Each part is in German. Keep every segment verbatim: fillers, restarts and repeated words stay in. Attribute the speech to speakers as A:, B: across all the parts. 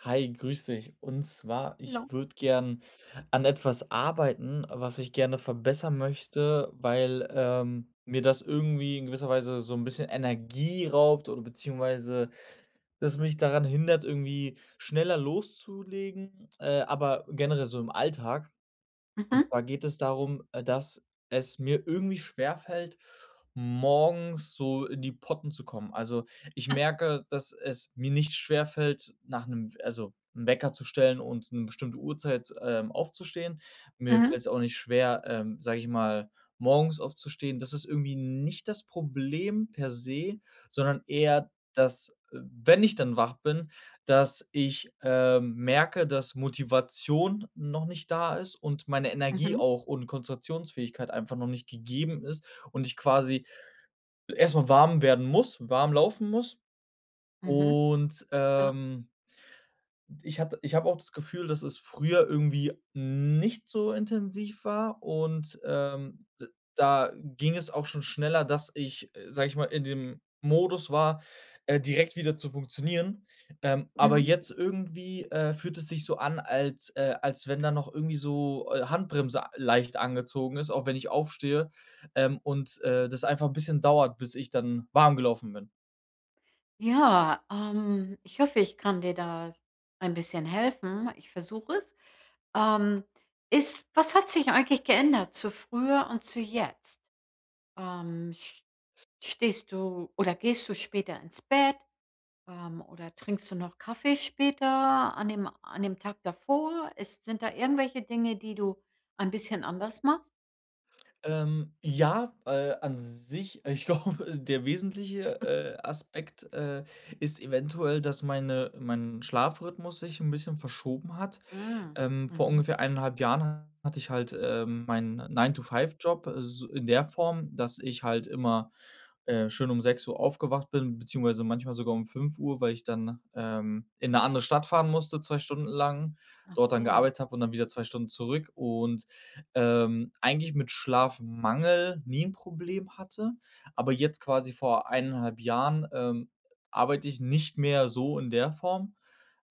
A: Hi, grüß dich. Und zwar, ich
B: Hallo.
A: würde gern an etwas arbeiten, was ich gerne verbessern möchte, weil ähm, mir das irgendwie in gewisser Weise so ein bisschen Energie raubt oder beziehungsweise das mich daran hindert, irgendwie schneller loszulegen, äh, aber generell so im Alltag. Und
B: Mhm.
A: zwar geht es darum, äh, dass es mir irgendwie schwerfällt, morgens so in die Potten zu kommen. Also, ich merke, dass es mir nicht schwerfällt, nach einem also 'n Wecker zu stellen und eine bestimmte Uhrzeit, ähm, aufzustehen. Mir fällt
B: Mhm.
A: es auch nicht schwer, ähm, sage ich mal, morgens aufzustehen. Das ist irgendwie nicht das Problem per se, sondern eher, dass, äh, wenn ich dann wach bin, dass ich, ähm, merke, dass Motivation noch nicht da ist und meine Energie
B: Mhm.
A: auch und Konzentrationsfähigkeit einfach noch nicht gegeben ist und ich quasi erstmal warm werden muss, warm laufen muss
B: Mhm.
A: und,
B: Ja.
A: ähm ich hatte ich habe auch das Gefühl, dass es früher irgendwie nicht so intensiv war und, ähm, d Da ging es auch schon schneller, dass ich, äh, sage ich mal, in dem Modus war, äh, direkt wieder zu funktionieren. Ähm, aber
B: Mhm.
A: jetzt irgendwie, äh, fühlt es sich so an, als äh, als wenn da noch irgendwie so, äh, Handbremse a leicht angezogen ist, auch wenn ich aufstehe, ähm, und, äh, das einfach ein bisschen dauert, bis ich dann warm gelaufen bin.
B: Ja, ähm, ich hoffe, ich kann dir da ein bisschen helfen. Ich versuche es. Ähm, ist was hat sich eigentlich geändert zu früher und zu jetzt? Ähm, sch Stehst du oder gehst du später ins Bett, ähm, oder trinkst du noch Kaffee später an dem an dem Tag davor? Ist sind da irgendwelche Dinge, die du ein bisschen anders machst?
A: Ähm, ja, äh, An sich, äh, ich glaube, der wesentliche, äh, Aspekt, äh, ist eventuell, dass meine mein Schlafrhythmus sich ein bisschen verschoben hat.
B: Hm.
A: Ähm, vor
B: Mhm.
A: ungefähr eineinhalb Jahren hatte ich halt, ähm, meinen nine to five Job, äh, s in der Form, dass ich halt immer, äh, schön um sechs Uhr aufgewacht bin, beziehungsweise manchmal sogar um fünf Uhr, weil ich dann, ähm, in eine andere Stadt fahren musste, zwei Stunden lang,
B: Ach
A: dort dann
B: so.
A: gearbeitet habe und dann wieder zwei Stunden zurück und ähm, eigentlich mit Schlafmangel nie ein Problem hatte. Aber jetzt quasi vor eineinhalb Jahren, ähm, arbeite ich nicht mehr so in der Form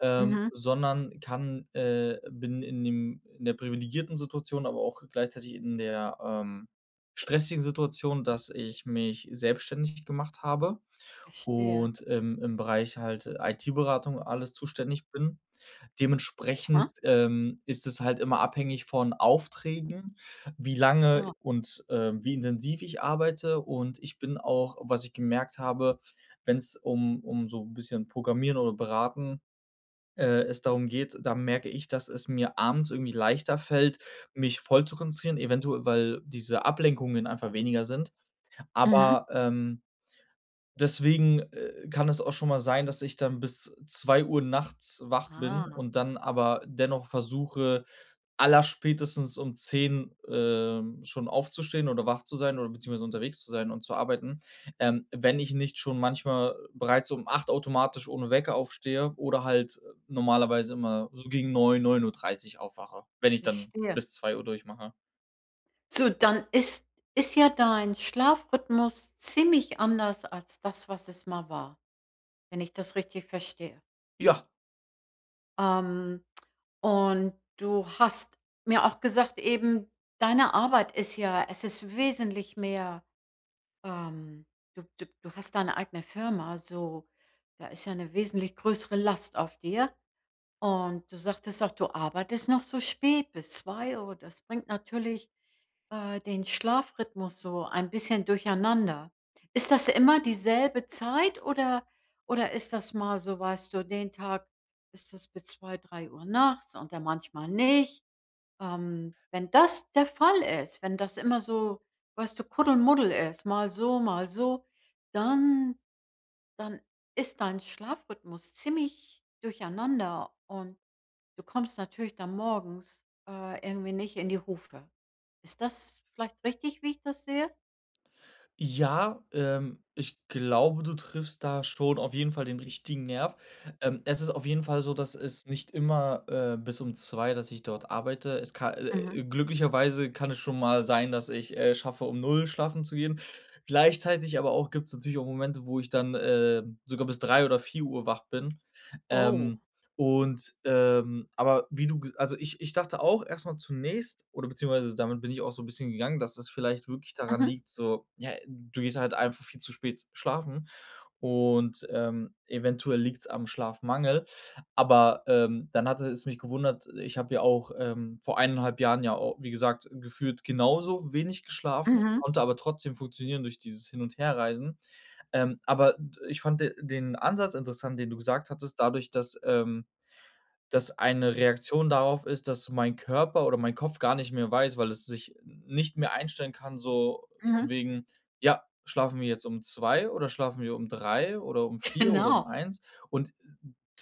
A: ähm,
B: Mhm.
A: sondern kann äh, bin in dem in der privilegierten Situation, aber auch gleichzeitig in der, ähm, stressigen Situation, dass ich mich selbstständig gemacht habe
B: Verstehe.
A: und, ähm, im Bereich halt I T-Beratung alles zuständig bin.
B: Aha.
A: Dementsprechend, ähm, ist es halt immer abhängig von Aufträgen, wie lange
B: Klar.
A: und, ähm, wie intensiv ich arbeite, und ich bin auch, was ich gemerkt habe, wenn's um um so ein bisschen Programmieren oder Beraten äh, es darum geht, da merke ich, dass es mir abends irgendwie leichter fällt, mich voll zu konzentrieren, eventuell, weil diese Ablenkungen einfach weniger sind.
B: Mhm.
A: Aber, ähm Deswegen, äh, kann es auch schon mal sein, dass ich dann bis zwei Uhr nachts wach bin
B: Ah,
A: und dann aber dennoch versuche, allerspätestens um zehn ähm, schon aufzustehen oder wach zu sein oder beziehungsweise unterwegs zu sein und zu arbeiten. Ähm, wenn ich nicht schon manchmal bereits um acht automatisch ohne Wecker aufstehe oder halt äh, normalerweise immer so gegen neun neun Uhr dreißig aufwache, wenn ich dann
B: verstehe.
A: bis zwei Uhr durchmache.
B: So, dann ist ist ja dein Schlafrhythmus ziemlich anders als das, was es mal war, wenn ich das richtig verstehe.
A: Ja.
B: Ähm, und du hast mir auch gesagt eben, deine Arbeit ist ja es ist wesentlich mehr, ähm du du du hast deine eigene Firma, so, da ist ja eine wesentlich größere Last auf dir. Und du sagtest auch, du arbeitest noch so spät bis zwei Uhr. Das bringt natürlich, äh, den Schlafrhythmus so ein bisschen durcheinander. Ist das immer dieselbe Zeit oder oder ist das mal so, weißt du, den Tag ist es bis zwei drei Uhr nachts und dann manchmal nicht? Ähm, wenn das der Fall ist, wenn das immer so, weißt du, Kuddelmuddel ist, mal so, mal so, dann dann ist dein Schlafrhythmus ziemlich durcheinander und du kommst natürlich dann morgens, äh, irgendwie nicht in die Hufe. Ist das vielleicht richtig, wie ich das sehe?
A: Ja, ähm, Ich glaube, du triffst da schon auf jeden Fall den richtigen Nerv. Ähm, es ist auf jeden Fall so, dass es nicht immer äh, bis um zwei, dass ich dort arbeite. Es kann,
B: Mhm.
A: äh, glücklicherweise kann es schon mal sein, dass ich äh, schaffe, um null schlafen zu gehen. Gleichzeitig aber auch gibt es natürlich auch Momente, wo ich dann äh, sogar bis drei oder vier Uhr wach bin.
B: Oh.
A: Ähm, und, ähm, aber wie du ges also ich ich dachte auch erstmal zunächst oder beziehungsweise damit bin ich auch so ein bisschen gegangen, dass es vielleicht wirklich daran
B: Mhm,
A: liegt, so, ja, du gehst halt einfach viel zu spät schlafen und, ähm, eventuell liegt's am Schlafmangel. Aber, ähm, dann hatte es mich gewundert, ich habe ja auch, ähm, vor eineinhalb Jahren ja au wie gesagt, gefühlt genauso wenig geschlafen,
B: mhm,
A: konnte aber trotzdem funktionieren durch dieses Hin- und Herreisen. Ähm, aber d Ich fand de den Ansatz interessant, den du gesagt hattest, dadurch, dass, ähm das eine Reaktion darauf ist, dass mein Körper oder mein Kopf gar nicht mehr weiß, weil es sich nicht mehr einstellen kann, so
B: mhm.
A: von wegen: „Ja, schlafen wir jetzt um zwei oder schlafen wir um drei oder um vier oder um
B: Genau.
A: eins?“ Und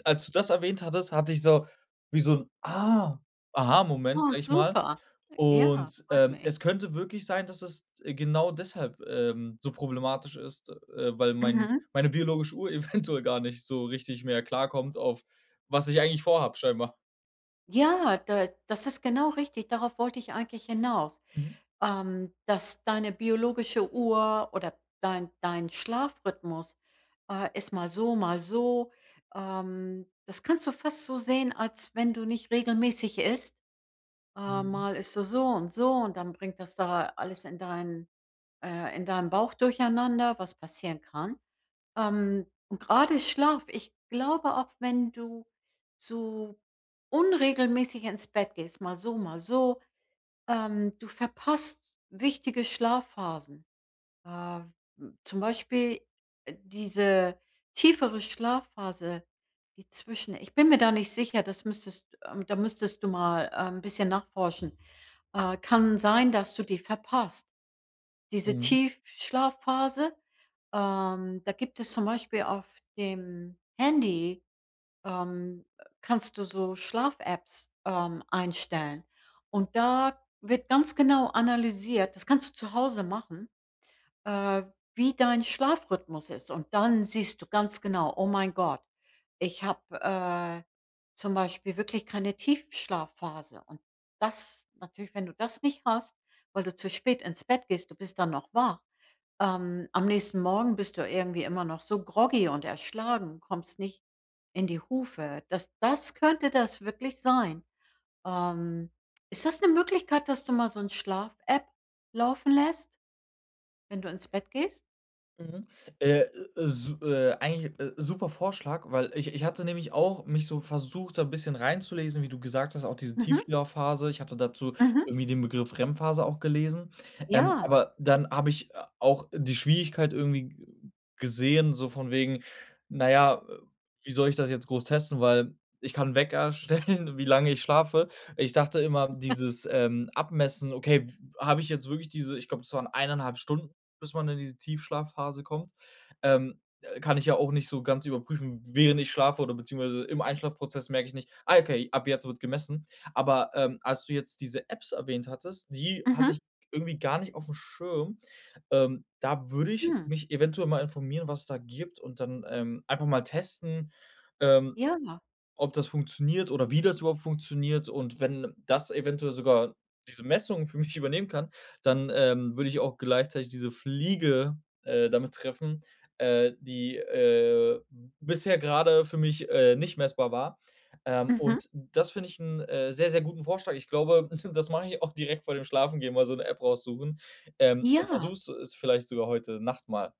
A: als du das erwähnt hattest, hatte ich so wie so ein „Ah, aha“-Moment,
B: Oh,
A: sag ich mal.
B: super. Ja,
A: Und,
B: freut
A: ähm,
B: mich.
A: es könnte wirklich sein, dass es äh, genau deshalb, ähm, so problematisch ist, äh, weil mein
B: Mhm.
A: meine biologische Uhr eventuell gar nicht so richtig mehr klarkommt auf was ich eigentlich vorhab, scheinbar.
B: Ja, da das ist genau richtig. Darauf wollte ich eigentlich hinaus,
A: Mhm,
B: ähm, dass deine biologische Uhr oder dein dein Schlafrhythmus, äh, ist mal so, mal so. Ähm, das kannst du fast so sehen, als wenn du nicht regelmäßig isst. Äh,
A: mhm,
B: mal ist so, so und so und dann bringt das da alles in deinen äh, in deinem Bauch durcheinander, was passieren kann. Ähm, und gerade Schlaf, ich glaube, auch wenn du so unregelmäßig ins Bett gehst, mal so, mal so, ähm, du verpasst wichtige Schlafphasen. Äh, hm, zum Beispiel, äh, diese tiefere Schlafphase, die zwischen ich bin mir da nicht sicher, das müsstest ähm, da müsstest du mal, äh, 'n bisschen nachforschen. Äh, kann sein, dass du die verpasst. Diese
A: mhm.
B: Tiefschlafphase, ähm, da gibt es zum Beispiel auf dem Handy, ähm, kannst du so Schlaf-Apps, ähm, einstellen. Und da wird ganz genau analysiert das kannst du zu Hause machen äh, wie dein Schlafrhythmus ist. Und dann siehst du ganz genau, oh mein Gott, ich habe äh, zum Beispiel wirklich keine Tiefschlafphase. Und das, natürlich, wenn du das nicht hast, weil du zu spät ins Bett gehst, du bist dann noch wach. Ähm, am nächsten Morgen bist du irgendwie immer noch so groggy und erschlagen, kommst nicht in die Hufe. Das, das könnte das wirklich sein. Ähm, Ist das eine Möglichkeit, dass du mal so ein Schlaf-App laufen lässt, wenn du ins Bett gehst?
A: Mhm. Äh, su äh, Eigentlich, äh, super Vorschlag, weil ich ich hatte nämlich auch mich so versucht, da 'n bisschen reinzulesen, wie du gesagt hast, auch diese
B: Mhm.
A: Tiefschlafphase. Ich hatte dazu
B: Mhm.
A: irgendwie den Begriff R E M-Phase auch gelesen. Ähm,
B: Ja.
A: aber dann habe ich, äh, auch die Schwierigkeit irgendwie g gesehen, so von wegen, na ja, äh, wie soll ich das jetzt groß testen, weil ich kann Wecker stellen, wie lange ich schlafe. Ich dachte immer, dieses, ähm, Abmessen, okay, habe ich jetzt wirklich diese, ich glaube, es waren eineinhalb Stunden, bis man in diese Tiefschlafphase kommt. Ähm, äh, kann ich ja auch nicht so ganz überprüfen, während ich schlafe oder beziehungsweise im Einschlafprozess merke ich nicht: „Ah, okay, ab jetzt wird gemessen.“ Aber, ähm, als du jetzt diese Apps erwähnt hattest, die hatte ich
B: Mhm.
A: irgendwie gar nicht auf dem Schirm. Ähm, da würde ich
B: Mhm.
A: mich eventuell mal informieren, was es da gibt und dann, ähm, einfach mal testen, ähm
B: Ja.
A: ob das funktioniert oder wie das überhaupt funktioniert, und wenn das eventuell sogar diese Messungen für mich übernehmen kann, dann, ähm, würde ich auch gleichzeitig diese Fliege, äh, damit treffen, äh, die, äh, bisher gerade für mich, äh, nicht messbar war. Ähm,
B: Mhm.
A: und das finde ich einen äh, sehr, sehr guten Vorschlag. Ich glaube, das mache ich auch direkt vor dem Schlafengehen, mal so eine App raussuchen, ähm, und versuche
B: Ja.
A: es vielleicht sogar heute Nacht mal.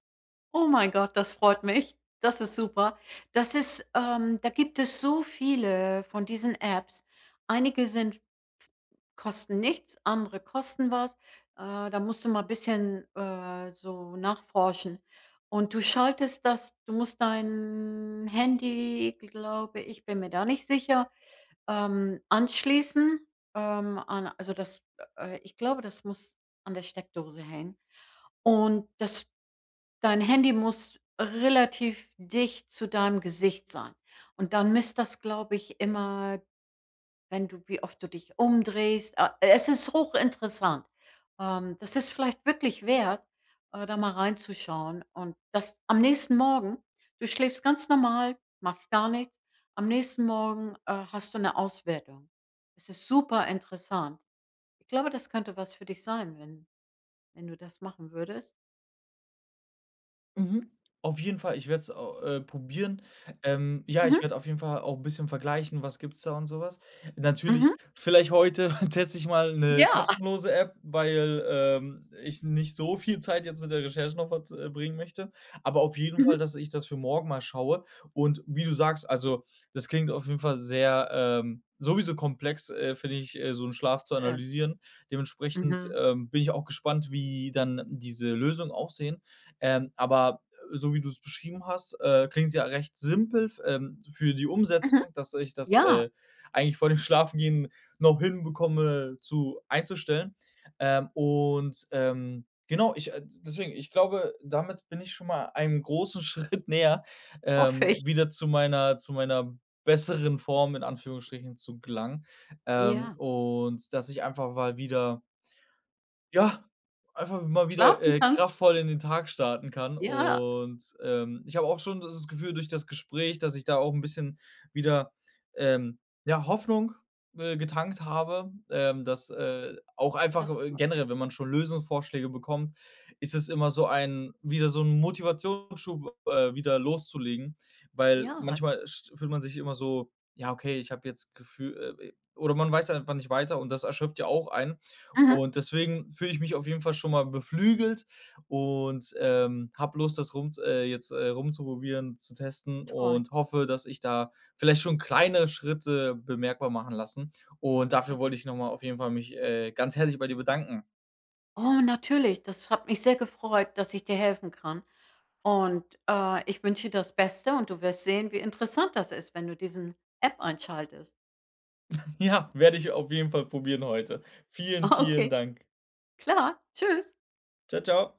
B: Oh mein Gott, das freut mich. Das ist super. Das ist ähm, Da gibt es so viele von diesen Apps. Einige sind kosten nichts, andere kosten was. Äh, da musst du mal ein bisschen, äh, so nachforschen. Und du schaltest das du musst dein Handy, glaube ich bin mir da nicht sicher Ähm, anschließen, ähm, an also das äh, ich glaube, das muss an der Steckdose hängen. Und das dein Handy muss relativ dicht zu deinem Gesicht sein. Und dann misst das, glaube ich, immer wenn du wie oft du dich umdrehst. Ah, es ist hochinteressant. Ähm, das ist vielleicht wirklich wert, äh, da mal reinzuschauen und das am nächsten Morgen du schläfst ganz normal, machst gar nichts. Am nächsten Morgen, äh, hast du eine Auswertung. Es ist super interessant. Ich glaube, das könnte was für dich sein, wenn wenn du das machen würdest.
A: Mhm. Auf jeden Fall, ich werde es äh, probieren. Ähm, ja,
B: Mhm,
A: Ich werde auf jeden Fall auch ein bisschen vergleichen, was gibt's da und sowas. Natürlich,
B: mhm.
A: vielleicht heute teste ich mal eine
B: Ja,
A: kostenlose App, weil, ähm, ich nicht so viel Zeit jetzt mit der Recherche noch verbringen möchte. Aber auf jeden
B: mhm.
A: Fall, dass ich das für morgen mal schaue. Und wie du sagst, also, das klingt auf jeden Fall sehr, ähm sowieso komplex, äh, finde ich, äh, so einen Schlaf zu
B: Äh,
A: analysieren. Dementsprechend,
B: mhm,
A: ähm, bin ich auch gespannt, wie dann diese Lösungen aussehen. Ähm, aber äh, so wie du es beschrieben hast, äh, klingt's ja recht simpel ähm, für die
B: mhm.
A: Umsetzung, dass ich das,
B: Ja,
A: äh, eigentlich vor dem Schlafengehen noch hinbekomme zu einzustellen. Ähm, und, ähm, genau, ich, äh deswegen, ich glaube, damit bin ich schon mal einem großen Schritt näher,
B: hoffe
A: ähm,
B: ich.
A: wieder zu meiner zu meiner besseren Form in Anführungsstrichen zu gelangen. Ähm,
B: Ja.
A: und dass ich einfach mal wieder, ja, einfach mal wieder,
B: Schlafen
A: äh,
B: kannst.
A: kraftvoll in den Tag starten kann,
B: Ja,
A: und, ähm, ich habe auch schon das das Gefühl durch das Gespräch, dass ich da auch ein bisschen wieder, ähm, ja, Hoffnung, äh, getankt habe, ähm, dass, äh, auch einfach,
B: das
A: äh,
B: freut mich.
A: generell, wenn man schon Lösungsvorschläge bekommt, ist es immer so ein, wieder so ein Motivationsschub, äh, wieder loszulegen, weil
B: Ja.
A: manchmal st fühlt man sich immer so: „Ja, okay, ich habe jetzt Gefühl,“ äh, oder man weiß einfach nicht weiter und das erschöpft ja auch einen.
B: Mhm.
A: Und deswegen fühle ich mich auf jeden Fall schon mal beflügelt und, ähm, habe Lust, das rum äh, jetzt, äh, rumzuprobieren, zu testen
B: Toll.
A: und hoffe, dass ich da vielleicht schon kleine Schritte bemerkbar machen lassen. Und dafür
B: Oh,
A: wollte ich nochmal auf jeden Fall mich, äh, ganz herzlich bei dir bedanken.
B: oh, natürlich. Das hat mich sehr gefreut, dass ich dir helfen kann. Und, äh, ich wünsche dir das Beste und du wirst sehen, wie interessant das ist, wenn du diesen App einschaltest.
A: Ja, werde ich auf jeden Fall probieren heute. Vielen, vielen
B: Okay,
A: Dank.
B: klar. Tschüss.
A: Ciao, ciao.